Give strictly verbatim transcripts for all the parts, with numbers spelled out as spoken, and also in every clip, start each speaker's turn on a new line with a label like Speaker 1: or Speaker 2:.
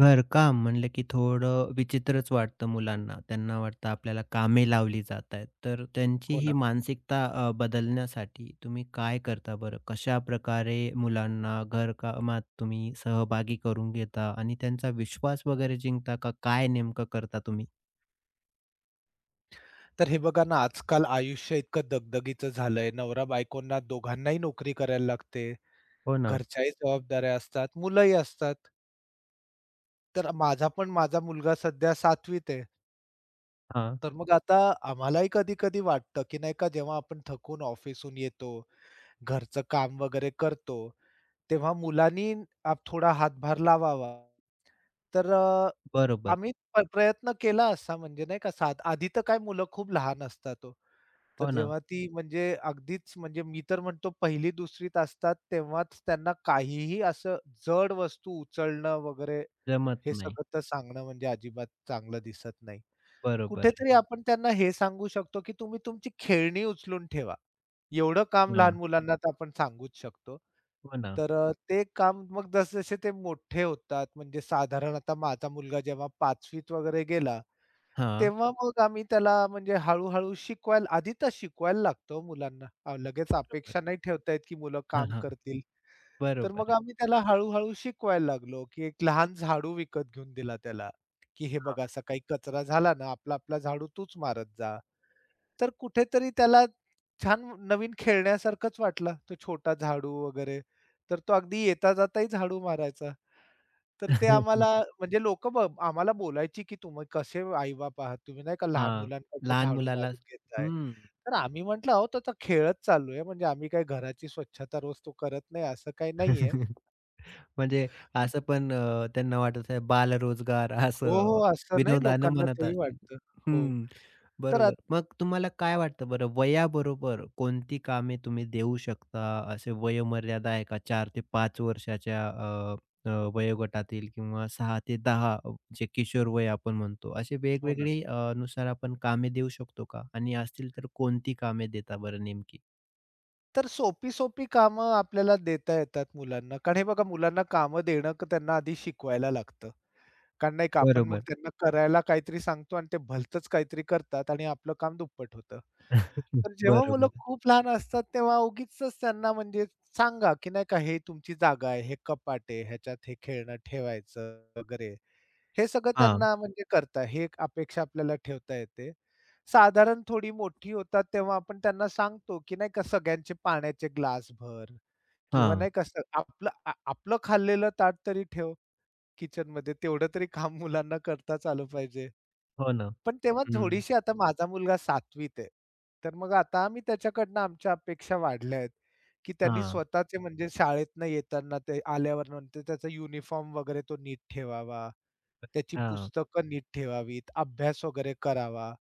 Speaker 1: घरकाम म्हणलं की थोडं विचित्रच वाटतं मुलांना. त्यांना वाटतं आपल्याला कामे लावली जात आहेत. तर त्यांची
Speaker 2: हो ना.
Speaker 1: ही मानसिकता अ, बदलण्यासाठी तुम्ही काय करता बरं? कशाप्रकारे मुलांना घरकामात तुम्ही सहभागी करून घेता आणि त्यांचा विश्वास वगैरे जिंकता का? काय नेमकं करता तुम्ही?
Speaker 2: तर हे बघा ना, आजकाल आयुष्य इतकं दगदगीचं झालंय. नवरा-बायकोंना दोघांनाही नोकरी करायला लागते.
Speaker 1: हो ना.
Speaker 2: घरच्याही जबाबदाऱ्या असतात, मुलंही असतात. तर माझा पण माझा मुलगा सध्या सातवीत आहे.
Speaker 1: हां.
Speaker 2: तर मग आता आम्हालाही कधी-कधी वाटतं, की नाही का जेव्हा आपण थकून ऑफिसहून येतो, घरचं काम वगैरे करतो, तेव्हा मुलांनी आप थोडा हातभार लावावा. तर अ,
Speaker 1: बरोबर.
Speaker 2: आम्ही प प्रयत्न केला असा म्हणजे नाही का साध आधी तर काय मुलं खूप लहान असतात हो. तर
Speaker 1: हो ना.
Speaker 2: जेव्हा ती म्हणजे अगदीच म्हणजे मी तर म्हणतो पहिली-दुसरीत असतात तेव्हाच त्यांना काहीही असं जड वस्तू उचलणं वगैरे
Speaker 1: जमत
Speaker 2: हे
Speaker 1: नाही.
Speaker 2: सगळं तर सांगणं म्हणजे अजिबात चांगलं दिसत नाही.
Speaker 1: बरोबर आहे.
Speaker 2: कुठेतरी हं. आपण त्यांना हे सांगू शकतो, की तुम्ही तुमची खेळणी उचलून ठेवा. एवढं काम लहान
Speaker 1: हां.
Speaker 2: मुलांना तर आपण सांगूच शकतो.
Speaker 1: हो ना.
Speaker 2: तर अ, ते काम मग जसजसे ते मोठे होतात म्हणजे साधारण आता माझा मुलगा जेव्हा पाचवीत वगैरे गेला
Speaker 1: हां.
Speaker 2: तेव्हा मग आम्ही त्याला म्हणजे हळू शिकवायला आधी तर शिकवायला लागतो मुलांना. अ, लगेच अपेक्षा
Speaker 1: बरोबर.
Speaker 2: नाही ठेवता येत, की मुलं
Speaker 1: हां,
Speaker 2: काम
Speaker 1: हां.
Speaker 2: करतील. तर
Speaker 1: बरोबर
Speaker 2: मग
Speaker 1: आहे.
Speaker 2: आम्ही त्याला हळू-हळू शिकवायला लागलो, की एक लहान झाडू विकत घेऊन दिला त्याला, की "हे
Speaker 1: हां.
Speaker 2: बघ असा काही कचरा झाला ना, आपला-आपला झाडू तूच मारत जा." तर कुठेतरी त्याला छान नवीन खेळण्यासारखंच वाटलं. तो छोटा झाडू वगैरे. तर तो अगदी येता जाताही झाडू मारायचा. तर ते आम्हाला अच्छा. म्हणजे लोकं आम्हाला बोलायची, की "तुम्ही कसे आई-बाप आहात तुम्ही नाही का लहान
Speaker 1: हां.
Speaker 2: मुलांकडनं
Speaker 1: लहान
Speaker 2: झाडू
Speaker 1: मुलाला.
Speaker 2: मारून घेताय."
Speaker 1: हं.
Speaker 2: तर आम्ही म्हटलं, "अहो तो तर खेळच चालू आहे, म्हणजे आम्ही काही घराची स्वच्छता रोज तो करत नाही असं काही नाहीये."
Speaker 1: म्हणजे असं पण अ, त्यांना वाटत आहे बालरोजगार
Speaker 2: हो, हो,
Speaker 1: असं
Speaker 2: असं नाही
Speaker 1: विनोदानं
Speaker 2: लोकांना
Speaker 1: म्हणत
Speaker 2: तेही
Speaker 1: असतील.
Speaker 2: वाटतं. हो,
Speaker 1: हं,
Speaker 2: तर आत
Speaker 1: बरोबर. मग तुम्हाला काय वाटतं बरं वयाबरोबर कोणती कामे तुम्ही देऊ शकता? असे वयोमर्यादा आहे का चार ते पाच वर्षाच्या अ, अ, वयोगटातील किंवा सहा ते दहा जे किशोरवय आपण म्हणतो असे
Speaker 2: हो ना.
Speaker 1: वेगवेगळी अ, नुसार आपण कामे देऊ शकतो का? आणि असतील तर कोणती कामे देता बरं नेमकी?
Speaker 2: तर सोपी-सोपी कामं आपल्याला देता येतात मुलांना. कारण हे बघा मुलांना कामं देणं क- त्यांना आधी शिकवायला लागतं. कारण नाही का आपण मग
Speaker 1: बरोबर.
Speaker 2: त्यांना करायला काहीतरी सांगतो आणि ते भलतंच काहीतरी करतात आणि आपलं काम दुप्पट होतं. तर जेव्हा मुलं
Speaker 1: बरोबर.
Speaker 2: खूप लहान असतात, तेव्हा उगीचच त्यांना म्हणजे सांगा, की नाही का हे तुमची जागा आहे, हे कपाट आहे, ह्याच्यात हे खेळणं ठेवायचं वगैरे. हे सगळं
Speaker 1: हां,
Speaker 2: त्यांना म्हणजे करता ही एक अपेक्षा आपल्याला ठेवता येते. साधारण थोडी मोठी होतात, तेव्हा आपण त्यांना सांगतो, की नाही का सगळ्यांचे पाण्याचे ग्लास भर किंवा
Speaker 1: हां.
Speaker 2: नाही का असं आपलं आ आपलं खाल्लेलं ताट तरी ठेव किचनमध्ये. तेवढं तरी काम मुलांना करताच आलं पाहिजे.
Speaker 1: हो ना.
Speaker 2: पण तेव्हा
Speaker 1: हं.
Speaker 2: थोडीशी आता माझा मुलगा सातवीत आहे. तर मग आता आम्ही त्याच्याकडनं आमच्या अपेक्षा वाढल्या आहेत, की त्यांनी
Speaker 1: हां,
Speaker 2: स्वतःचे म्हणजे शाळेतनं येताना ते आल्यावर नंतर त्याचा युनिफॉर्म वगैरे तो नीट ठेवावा, त्याची
Speaker 1: हां.
Speaker 2: पुस्तकं नीट ठेवावीत, अभ्यास वगैरे करावा.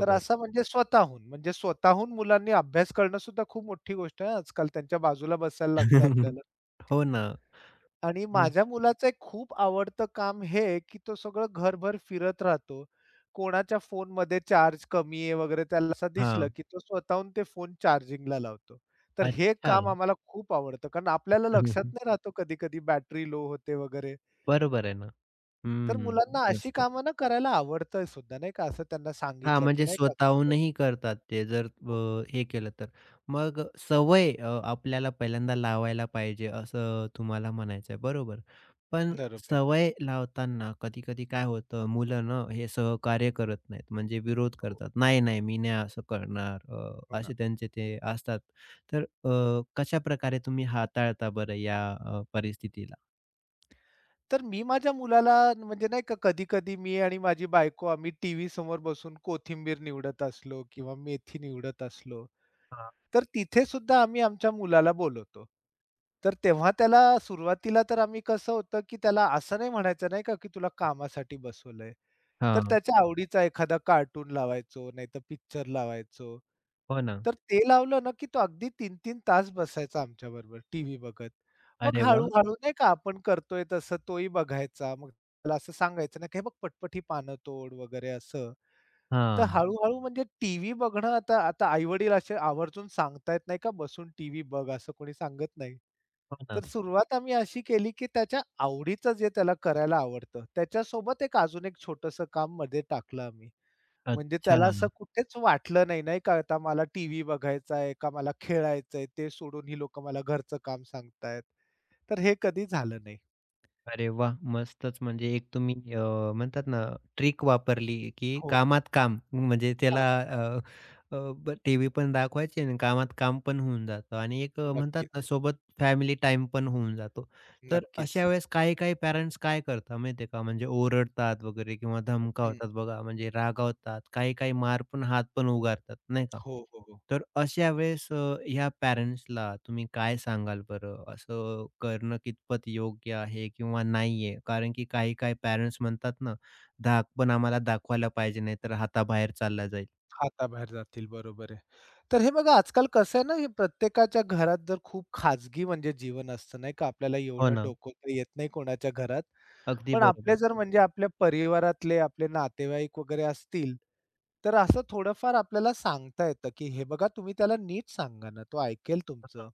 Speaker 2: तर असा म्हणजे स्वतःहून, म्हणजे स्वतःहून मुलांनी अभ्यास करणं सुद्धा खूप मोठी गोष्ट आहे आजकाल. त्यांच्या बाजूला बसायला लागतं आपल्याला.
Speaker 1: हो ना.
Speaker 2: आणि
Speaker 1: हं.
Speaker 2: माझ्या मुलाचं एक खूप आवडतं काम हे, की तो सगळं घरभर फिरत राहतो. कोणाच्या फोनमध्ये चार्ज कमी आहे वगैरे त्याला असं दिसलं,
Speaker 1: हां.
Speaker 2: की तो स्वतःहून ते फोन चार्जिंगला लावतो. तर हे
Speaker 1: अच्छा.
Speaker 2: काम आम्हाला खूप आवडतं. कारण आपल्याला लक्षात नाही राहतो कधी-कधी बॅटरी लो होते वगैरे.
Speaker 1: बरोबर आहे ना.
Speaker 2: तर
Speaker 1: हं.
Speaker 2: मुलांना अशी
Speaker 1: मस्त.
Speaker 2: कामं ना करायला आवडतंय सुद्धा नाही का, असं त्यांना
Speaker 1: हां,
Speaker 2: सांगितलं, की
Speaker 1: म्हणजे
Speaker 2: नाही का असं हो,
Speaker 1: स्वतःहूनही करतात ते जर
Speaker 2: हो.
Speaker 1: अ, हे केलं तर. मग सवय अ, आपल्याला पहिल्यांदा लावायला पाहिजे असं तुम्हाला म्हणायचं आहे, बरोबर. पण
Speaker 2: बरोबर.
Speaker 1: सवय लावताना कधी-कधी काय होतं मुलं ना हे सहकार्य करत नाहीत, म्हणजे विरोध
Speaker 2: हो,
Speaker 1: करतात. "नाही, नाही, मी नाही असं करणार."
Speaker 2: हो
Speaker 1: अ,
Speaker 2: ना.
Speaker 1: असे त्यांचे ते असतात. तर अ, कशाप्रकारे तुम्ही हाताळता बरं या अ, परिस्थितीला?
Speaker 2: तर मी माझ्या मुलाला म्हणजे नाही का कधी-कधी मी आणि माझी बायको आम्ही टीव्ही समोर बसून कोथिंबीर निवडत असलो किंवा मेथी निवडत असलो,
Speaker 1: हां.
Speaker 2: तर तिथे सुद्धा आम्ही आमच्या मुलाला बोलवतो. तर तेव्हा त्याला सुरुवातीला तर आम्ही कसं होतं, की त्याला असं नाही म्हणायचं नाही का, की तुला कामासाठी बसवलंय. तर
Speaker 1: हां.
Speaker 2: त्याच्या आवडीचा एखादा कार्टून लावायचो, नाहीतर पिक्चर लावायचो.
Speaker 1: हो ना.
Speaker 2: तर ते लावलं ना, की तो अगदी तीन-तीन तास बसायचा आमच्याबरोबर टीव्ही बघत. मग
Speaker 1: अरे वाह!
Speaker 2: हळू-हळू नाही का आपण करतोय तसं तोही बघायचा. मग त्याला असं सांगायचं ना, की "हे बघ पटपट ही पानं तोड" वगैरे असं. तर
Speaker 1: हां.
Speaker 2: हळू-हळू म्हणजे टीव्ही बघणं आता आता आई-वडील असे आवर्जून सांगतायत नाही का, "बसून टीव्ही बघ." असं कोणी सांगत नाही.
Speaker 1: हो ना.
Speaker 2: तर सुरुवात आम्ही अशी केली, की त्याच्या आवडीचं जे त्याला करायला आवडतं, त्याच्यासोबत एक अजून एक छोटंसं काम मध्ये टाकलं आम्ही. म्हणजे
Speaker 1: अच्छा.
Speaker 2: त्याला असं कुठेच वाटलं नाही, नाही का, आता मला टीव्ही बघायचा आहे का मला खेळायचं ते सोडून ही लोकं मला घरचं काम सांगतायत. तर हे कधी झालं नाही.
Speaker 1: अरे वाह! मस्तच. म्हणजे एक तुम्ही अ, म्हणतात ना ट्रिक वापरली, की
Speaker 2: हो,
Speaker 1: कामात काम. म्हणजे त्याला
Speaker 2: कामात
Speaker 1: अ,
Speaker 2: काम.
Speaker 1: अ, ब टीव्ही पण दाखवायची आणि कामात काम पण होऊन जातं आणि एक अ, म्हणतात ना
Speaker 2: नक्कीच,
Speaker 1: सोबत फॅमिली टाईम पण होऊन जातो. तर
Speaker 2: नक्कीच.
Speaker 1: अशा वेळेस काही-काही पॅरेंट्स काय करतात माहिती आहे का, म्हणजे ओरडतात वगैरे किंवा
Speaker 2: हं.
Speaker 1: धमकावतात बघा, म्हणजे रागावतात, काही-काही मार पण, हात पण उगारतात, नाही का?
Speaker 2: हो, हो, हो.
Speaker 1: तर अशा वेळेस अ, ह्या पॅरेंट्सला तुम्ही काय सांगाल बरं? असं करणं कितपत योग्य आहे किंवा नाही कारण की काही-काही पॅरेंट्स म्हणतात ना, धाक पण आम्हाला दाखवायला पाहिजे, नाहीतर हाताबाहेर चालला जाईल.
Speaker 2: हाताबाहेर जातील, बरोबर आहे. तर हे बघा आजकाल कसं आहे ना, हे प्रत्येकाच्या घरात जर खूप खाजगी म्हणजे जीवन असतं नाही का, आपल्याला
Speaker 1: हो
Speaker 2: एवढं
Speaker 1: ना,
Speaker 2: डोकं तर येत नाही कोणाच्या घरात.
Speaker 1: अगदी
Speaker 2: पण आपले
Speaker 1: बरोबर.
Speaker 2: जर म्हणजे आपल्या परिवारातले आपले नातेवाईक वगैरे असतील, तर असं थोडंफार आपल्याला सांगता येतं, की "हे बघा तुम्ही त्याला नीट सांगा ना, तो ऐकेल तुमचं."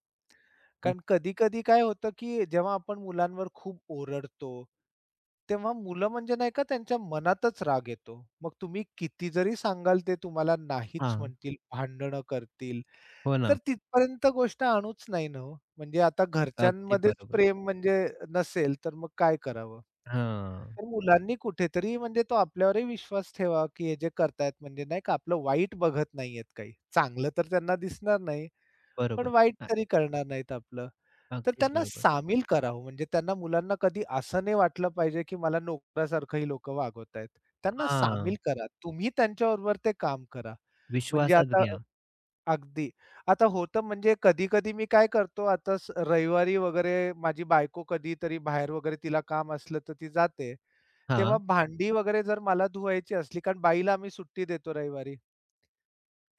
Speaker 1: हं,
Speaker 2: कारण कधी-कधी काय होतं, की जेव्हा आपण मुलांवर खूप ओरडतो, तेव्हा मुलं म्हणजे नाही का त्यांच्या मनातच राग येतो. मग तुम्ही किती जरी सांगाल ते तुम्हाला नाहीच
Speaker 1: हां,
Speaker 2: म्हणतील, भांडणं करतील.
Speaker 1: हो ना,
Speaker 2: तर तिथपर्यंत गोष्ट आणूच नाही ना हो. म्हणजे आता
Speaker 1: अगदी
Speaker 2: घरच्यांमध्येच
Speaker 1: बरोबर.
Speaker 2: प्रेम म्हणजे नसेल, तर मग काय करावं?
Speaker 1: हां,
Speaker 2: तर मुलांनी कुठेतरी म्हणजे तो आपल्यावरही विश्वास ठेवा, की हे जे करतायत म्हणजे नाही का आपलं वाईट बघत नाहीयेत काही. चांगलं तर त्यांना दिसणार नाही, पण
Speaker 1: बरोबर.
Speaker 2: वाईट
Speaker 1: अ,
Speaker 2: तरी करणार नाहीत आपलं. तर
Speaker 1: अगदी
Speaker 2: त्यांना
Speaker 1: बरोबर.
Speaker 2: सामील करावं. म्हणजे त्यांना मुलांना कधी असं नाही वाटलं पाहिजे, की मला नोकरासारखं ही लोकं वागवतायत. त्यांना सामील
Speaker 1: हां,
Speaker 2: करा. तुम्ही त्यांच्याबरोबर ते काम करा. म्हणजे
Speaker 1: विश्वासात
Speaker 2: आता
Speaker 1: घ्या.
Speaker 2: अगदी. आता होतं म्हणजे कधी-कधी मी काय करतो आता स रविवारी वगैरे माझी बायको कधीतरी बाहेर वगैरे तिला काम असलं तर ती जाते. तेव्हा
Speaker 1: हां,
Speaker 2: भांडी वगैरे जर मला धुवायची असली कारण बाईला आम्ही सुट्टी देतो रविवारी.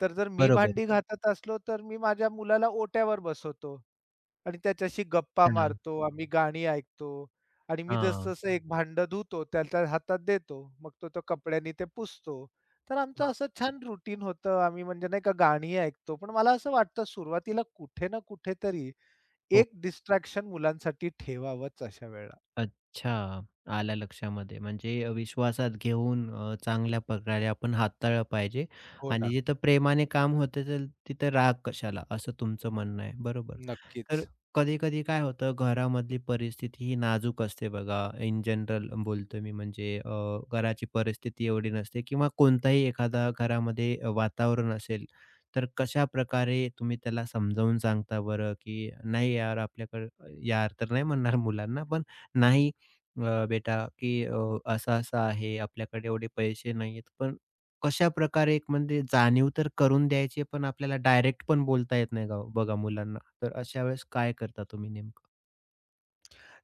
Speaker 2: तर जर मी
Speaker 1: बरोबर.
Speaker 2: भांडी घासत असलो, तर मी माझ्या मुलाला ओट्यावर बसवतो आणि त्याच्याशी गप्पा
Speaker 1: हां,
Speaker 2: मारतो. आम्ही गाणी ऐकतो आणि मी
Speaker 1: हां,
Speaker 2: जसं-जसं एक भांडं धुतो, त्याच्या हातात देतो. मग तो तो कपड्यांनी ते पुसतो. तर आमचं
Speaker 1: हां.
Speaker 2: असं छान रुटीन होतं. आम्ही म्हणजे नाही का गाणी ऐकतो. पण मला असं वाटतं सुरुवातीला कुठे ना कुठेतरी
Speaker 1: हो.
Speaker 2: एक डिस्ट्रॅक्शन मुलांसाठी ठेवावंच अशा वेळेला.
Speaker 1: अच्छा. आलं लक्षामध्ये. म्हणजे विश्वासात घेऊन अ, चांगल्या प्रकारे आपण हाताळलं पाहिजे
Speaker 2: हो
Speaker 1: आणि
Speaker 2: ना,
Speaker 1: जिथं प्रेमाने काम होते असेल तिथं राग कशाला, असं तुमचं म्हणणं आहे. बरोबर. तर
Speaker 2: नक्कीच.
Speaker 1: कधी-कधी काय होतं घरामधली परिस्थिती ही नाजूक असते बघा. इन जनरल बोलतो मी म्हणजे अ, घराची परिस्थिती एवढी नसते किंवा कोणताही एखादा घरामध्ये वातावरण असेल, तर कशाप्रकारे तुम्ही त्याला समजावून सांगता बरं, की नाही यार आपल्याकडे यार तर नाही म्हणणार मुलांना पण नाही अ, बेटा, की अ, असं-असं आहे, आपल्याकडे एवढे पैसे नाहीयेत. पण कशाप्रकारे एक म्हणजे जाणीव तर करून द्यायची आहे, पण आपल्याला डायरेक्ट पण बोलता येत नाही गाव बघा मुलांना. तर अशा वेळेस काय करता तुम्ही नेमकं?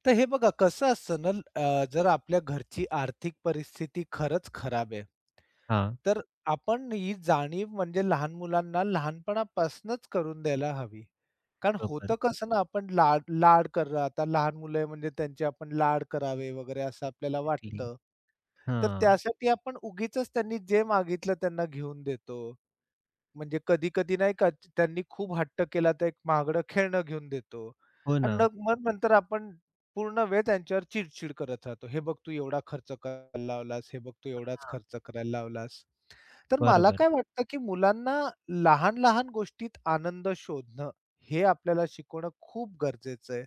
Speaker 2: तर हे बघा कसं असतं ना अ, जर आपल्या घरची आर्थिक परिस्थिती खरंच खराब आहे.
Speaker 1: हां,
Speaker 2: तर आपण ही जाणीव म्हणजे लहान मुलांना लहानपणापासूनच करून द्यायला हवी. कारण
Speaker 1: बरोबर.
Speaker 2: होतं कसं ना, आपण लाड लाड कर आता लहान मुलं आहे म्हणजे त्यांचे आपण लाड करावे वगैरे असं आपल्याला
Speaker 1: इटली.
Speaker 2: वाटतं. तर
Speaker 1: हां.
Speaker 2: त्यासाठी आपण उगीचच त्यांनी जे मागितलं त्यांना घेऊन देतो. म्हणजे कधी-कधी नाही का त्यांनी खूप हट्ट केला तर एक महागडं खेळणं घेऊन देतो.
Speaker 1: हो
Speaker 2: आणि
Speaker 1: ना.
Speaker 2: नग मग नंतर आपण पूर्ण वेळ त्यांच्यावर चिडचिड करत राहतो. "हे बघ तू एवढा खर्च करायला लावलास, हे बघ तू एवढाच खर्च करायला लावलास." तर मला
Speaker 1: बरोबर.
Speaker 2: काय वाटतं, की मुलांना लहान-लहान गोष्टीत आनंद शोधणं, हे आपल्याला शिकवणं खूप गरजेचं आहे.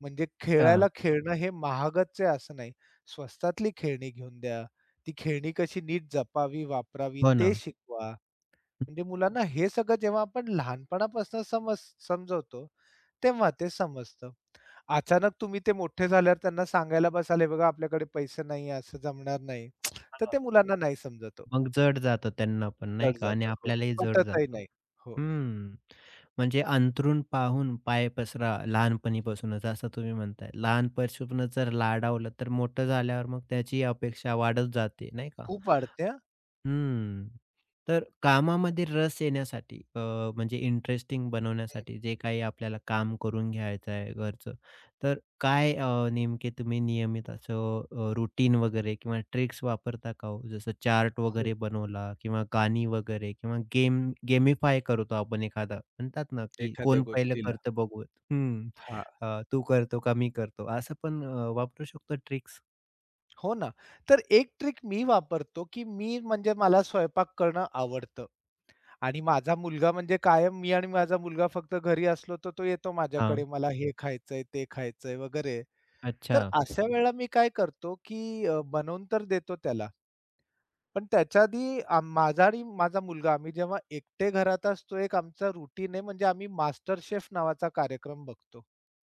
Speaker 2: म्हणजे खेळायला
Speaker 1: हां.
Speaker 2: खेळणं हे महागच आहे असं नाही. स्वस्तातली खेळणी घेऊन द्या. ती खेळणी कशी नीट जपावी, वापरावी
Speaker 1: हो ना.
Speaker 2: ते शिकवा. म्हणजे मुलांना हे सगळं जेव्हा आपण लहानपणापासून समज समजवतो, तेव्हा ते समजतं. अचानक तुम्ही ते मोठे झाल्यावर त्यांना सांगायला बसाल, बघा आपल्याकडे पैसे नाही असं जमणार नाही." तर ते
Speaker 1: हां.
Speaker 2: मुलांना नाही समजत हो.
Speaker 1: मग जड जातं त्यांना पण नाही
Speaker 2: जड
Speaker 1: का आणि
Speaker 2: जातं. हो,
Speaker 1: आपल्यालाही जड
Speaker 2: पटतही
Speaker 1: जातं.
Speaker 2: नाही. हो,
Speaker 1: हम्म. म्हणजे अंथरूण पाहून पाय पसरा लहानपणीपासूनच असं तुम्ही म्हणताय. लहानपणीपासूनच जर लाडावलं तर मोठं झाल्यावर मग त्याची अपेक्षा वाढत जाते नाही का?
Speaker 2: खूप वाढते हां.
Speaker 1: हम्म. तर कामामध्ये रस येण्यासाठी अ, म्हणजे इंटरेस्टिंग
Speaker 2: हं.
Speaker 1: बनवण्यासाठी जे काही आपल्याला काम करून घ्यायचं आहे घरचं, तर काय अ, नेमके तुम्ही नियमित असं अ, रुटीन वगैरे किंवा ट्रिक्स वापरता का हो? जसं चार्ट
Speaker 2: हो,
Speaker 1: वगैरे बनवला किंवा गाणी वगैरे किंवा गेम गेमिफाय करतो आपण एखादा म्हणतात ना, की
Speaker 2: एखाद्या
Speaker 1: कोण पहिलं
Speaker 2: गोष्टीला.
Speaker 1: करतं बघूत. हं.
Speaker 2: हां,
Speaker 1: अ, तू करतो का मी करतो असं पण अ, वापरू शकतो ट्रिक्स?
Speaker 2: हो ना. तर एक ट्रिक मी वापरतो, की मी म्हणजे मला स्वयंपाक करणं आवडतं आणि माझा मुलगा म्हणजे कायम मी आणि माझा मुलगा फक्त घरी असलो, तर तो येतो
Speaker 1: हां.
Speaker 2: माझ्याकडे, "मला हे खायचंय, ते खायचंय" वगैरे.
Speaker 1: अच्छा.
Speaker 2: तर अशा वेळेला मी काय करतो, की अ, बनवून तर देतो त्याला, पण त्याच्या आधी आ माझा आणि माझा मुलगा आम्ही जेव्हा एकटे घरात असतो, एक आमचा रूटीन आहे म्हणजे आम्ही मास्टर शेफ नावाचा कार्यक्रम बघतो.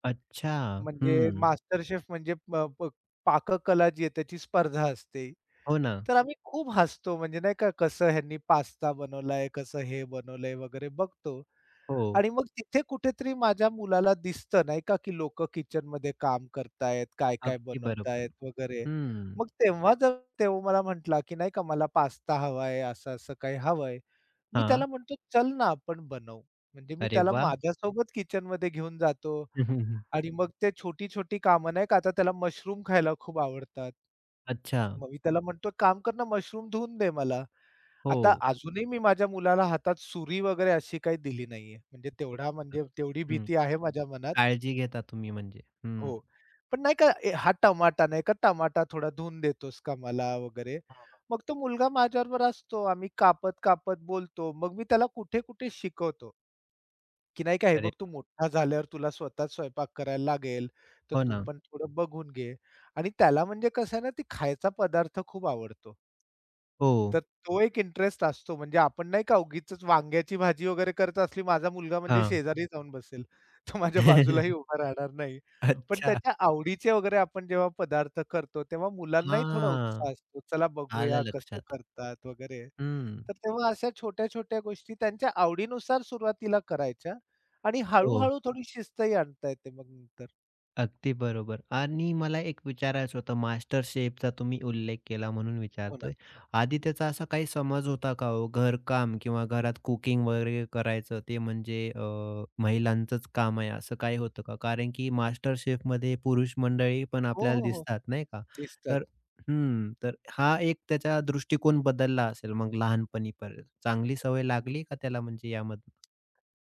Speaker 1: अच्छा.
Speaker 2: म्हणजे
Speaker 1: हं.
Speaker 2: मास्टर शेफ म्हणजे प प पाककला जी आहे त्याची स्पर्धा असते.
Speaker 1: हो ना.
Speaker 2: तर आम्ही खूप हसतो म्हणजे नाही का कसं ह्यांनी पास्ता बनवलाय, कसं हे बनवलंय वगैरे बघतो
Speaker 1: हो,
Speaker 2: आणि मग तिथे कुठेतरी माझ्या मुलाला दिसतं नाही का, की लोकं किचनमध्ये काम करतायत, काय-काय
Speaker 1: अगदी बरोबर.
Speaker 2: बनवतायत वगैरे.
Speaker 1: हं.
Speaker 2: मग तेव्हा जर तो मला म्हटला, की नाही का मला पास्ता हवाय, असं-असं काही हवंय. मी
Speaker 1: हां.
Speaker 2: त्याला म्हणतो, "चल ना आपण बनवू." म्हणजे मी
Speaker 1: अरे
Speaker 2: त्याला
Speaker 1: वाह!
Speaker 2: माझ्यासोबत किचनमध्ये घेऊन जातो आणि मग ते छोटी-छोटी कामं नाही का, आता त्याला मशरूम खायला खूप आवडतात.
Speaker 1: अच्छा.
Speaker 2: मग मी त्याला म्हणतो, "काम कर ना, मशरूम धुवून दे मला."
Speaker 1: हो.
Speaker 2: आता अजूनही मी माझ्या मुलाला हातात सुरी वगैरे अशी काही दिली नाहीये. म्हणजे तेवढा
Speaker 1: बरोबर.
Speaker 2: म्हणजे तेवढी
Speaker 1: हं.
Speaker 2: भीती आहे माझ्या मनात.
Speaker 1: काळजी घेता तुम्ही म्हणजे.
Speaker 2: हो.
Speaker 1: हं.
Speaker 2: पण नाही का, "ए, हा टमाटा नाही का, टमाटा थोडा धुवून देतोस का मला?" वगैरे.
Speaker 1: हां.
Speaker 2: मग तो मुलगा माझ्याबरोबर असतो. आम्ही कापत-कापत बोलतो. मग मी त्याला कुठे-कुठे शिकवतो. की नाही का हे
Speaker 1: अरे
Speaker 2: बघ तू मोठा झाल्यावर तुला स्वतःच स्वयंपाक करायला लागेल, तर
Speaker 1: हो
Speaker 2: तू
Speaker 1: ना.
Speaker 2: पण थोडं बघून घे. आणि त्याला म्हणजे कसं आहे ना ती खायचा पदार्थ खूप आवडतो.
Speaker 1: हो.
Speaker 2: तर तो एक इंटरेस्ट असतो. म्हणजे आपण नाही का उगीचच वांग्याची भाजी वगैरे करत असली, माझा मुलगा म्हणजे
Speaker 1: हां.
Speaker 2: शेजारी जाऊन बसेल. तो माझ्या बाजूलाही उभा राहणार नाही. पण
Speaker 1: अच्छा.
Speaker 2: त्याच्या आवडीचे वगैरे आपण जेव्हा पदार्थ करतो, तेव्हा मुलांनाही थोडा
Speaker 1: हां.
Speaker 2: उत्साह असतो. चला
Speaker 1: आलं
Speaker 2: बघूया कसं
Speaker 1: लक्षात.
Speaker 2: करतात वगैरे.
Speaker 1: हं.
Speaker 2: तर तेव्हा अशा छोट्या-छोट्या गोष्टी त्यांच्या आवडीनुसार सुरुवातीला करायच्या आणि
Speaker 1: हो.
Speaker 2: हळू-हळू थोडी शिस्तही आणता येते मग नंतर.
Speaker 1: अगदी बरोबर आणि मला एक विचारायचं होतं मास्टर शेफचा तुम्ही उल्लेख केला म्हणून
Speaker 2: हो ना.
Speaker 1: विचारतोय. आधी त्याचा असा काही समज होता का हो? घरकाम किंवा घरात कुकिंग वगैरे करायचं ते म्हणजे अ, महिलांचंच काम आहे असं काही होतं का? कारण की मास्टर शेफमध्ये पुरुष मंडळी पण
Speaker 2: हो,
Speaker 1: आपल्याला
Speaker 2: हो, हो.
Speaker 1: दिसतात नाही का?
Speaker 2: दिसतात.
Speaker 1: तर हं, तर हा एक त्याचा दृष्टिकोन बदलला असेल मग लहानपणीपर्यंत. चांगली सवय लागली का त्याला म्हणजे यामधून?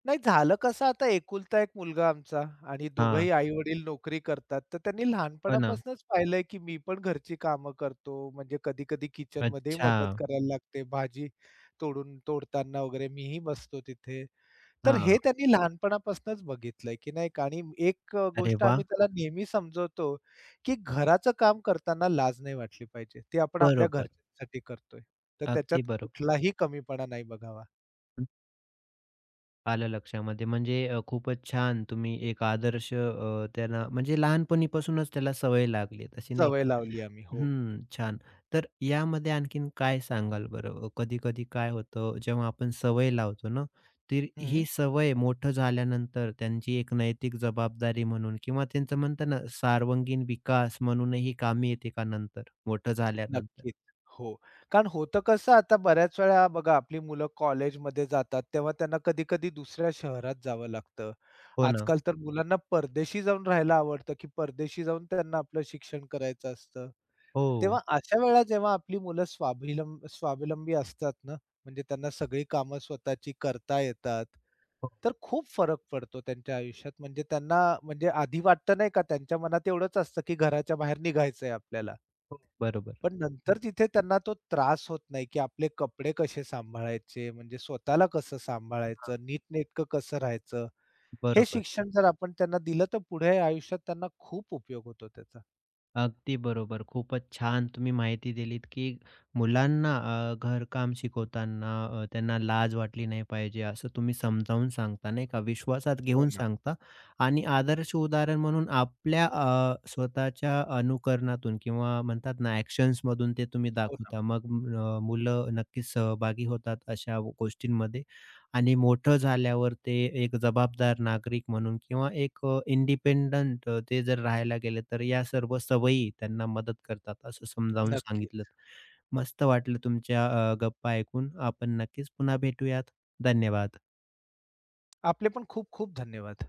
Speaker 2: नाही झालं कसं आता एकुलता एक मुलगा आमचा आणि
Speaker 1: हां.
Speaker 2: दोघंही आई-वडील नोकरी करतात. तर त्यांनी
Speaker 1: हो ना.
Speaker 2: लहानपणापासूनच पाहिलंय, की मी पण घरची कामं करतो. म्हणजे कधी-कधी किचनमध्येही
Speaker 1: अच्छा.
Speaker 2: मदत करायला लागते. भाजी तोडून तोडताना वगैरे मीही बसतो तिथे. तर हे
Speaker 1: हां.
Speaker 2: त्यांनी लहानपणापासूनच बघितलंय, की नाही का आणि एक अ,
Speaker 1: अरे
Speaker 2: गोष्ट
Speaker 1: वाह!
Speaker 2: आम्ही त्याला नेहमी समजवतो, की घराचं काम करताना लाज नाही वाटली पाहिजे. ते आपण आपल्या
Speaker 1: बरोबर.
Speaker 2: घरच्यांसाठी करतोय. तर त्याच्यात
Speaker 1: अगदी बरोबर.
Speaker 2: कुठलाही कमीपणा नाही बघावा.
Speaker 1: हं. आलं लक्षामध्ये. म्हणजे अ, खूपच छान तुम्ही एक आदर्श अ, त्यांना म्हणजे लहानपणीपासूनच त्याला सवय लागली आहे तशी नाही
Speaker 2: सवय
Speaker 1: का?
Speaker 2: लावली आम्ही. हो.
Speaker 1: हं, छान. तर यामध्ये आणखीन काय सांगाल बरं? कधी-कधी काय होतं जेव्हा आपण सवय लावतो ना, तर
Speaker 2: हं.
Speaker 1: ही सवय मोठं झाल्यानंतर त्यांची एक नैतिक जबाबदारी म्हणून किंवा त्यांचं म्हणतात ना सर्वांगीण विकास म्हणूनही कामी येते का नंतर, मोठं झाल्यानंतर?
Speaker 2: नक्कीच. हो. कारण होतं कसं आता बऱ्याच वेळा बघा आपली मुलं कॉलेजमध्ये जातात, तेव्हा त्यांना कधी-कधी दुसऱ्या शहरात जावं लागतं.
Speaker 1: हो ना.
Speaker 2: आजकाल तर मुलांना परदेशी जाऊन राहायला आवडतं, की परदेशी जाऊन त्यांना आपलं शिक्षण करायचं असतं.
Speaker 1: हो.
Speaker 2: तेव्हा अशा वेळा जेव्हा आपली मुलं स्वाभिलंब स्वावलंबी असतात ना, म्हणजे त्यांना सगळी कामं स्वतःची करता येतात,
Speaker 1: हो,
Speaker 2: तर खूप फरक पडतो त्यांच्या आयुष्यात. म्हणजे त्यांना म्हणजे आधी वाटतं नाही का त्यांच्या मनात एवढंच असतं, की घराच्या बाहेर निघायचंय आपल्याला.
Speaker 1: हो. बरोबर.
Speaker 2: पण नंतर तिथे त्यांना तो त्रास होत नाही, की आपले कपडे कसे सांभाळायचे, म्हणजे स्वतःला कसं
Speaker 1: हां,
Speaker 2: सांभाळायचं, नीटनेटकं कसं राहायचं. हे
Speaker 1: बरोबर.
Speaker 2: शिक्षण जर आपण त्यांना दिलं, तर पुढे आयुष्यात त्यांना खूप उपयोग होतो त्याचा.
Speaker 1: अगदी बरोबर. खूपच छान तुम्ही माहिती दिलीत, की मुलांना अ, घरकाम शिकवताना अ, त्यांना लाज वाटली नाही पाहिजे, असं तुम्ही समजावून सांगता, नाही का. विश्वासात
Speaker 2: हो
Speaker 1: घेऊन
Speaker 2: ना,
Speaker 1: सांगता आणि आदर्श उदाहरण म्हणून आपल्या अ, स्वतःच्या अनुकरणातून किंवा म्हणतात ना, ॲक्शन्समधून ते तुम्ही
Speaker 2: हो ना.
Speaker 1: दाखवता. मग म, अ, मुलं नक्कीच सहभागी होतात अशा गोष्टींमध्ये. आणि मोठं झाल्यावर ते एक जबाबदार नागरिक म्हणून किंवा एक अ, इंडिपेंडंट ते जर राहायला गेले तर या सर्व सवयी त्यांना मदत करतात असं समजावून सांगितलं.
Speaker 2: नक्कीच.
Speaker 1: मस्त वाटलं तुमच्या अ, गप्पा ऐकून. आपण नक्कीच पुन्हा भेटूयात. धन्यवाद.
Speaker 2: आपले पण खूप खूप धन्यवाद.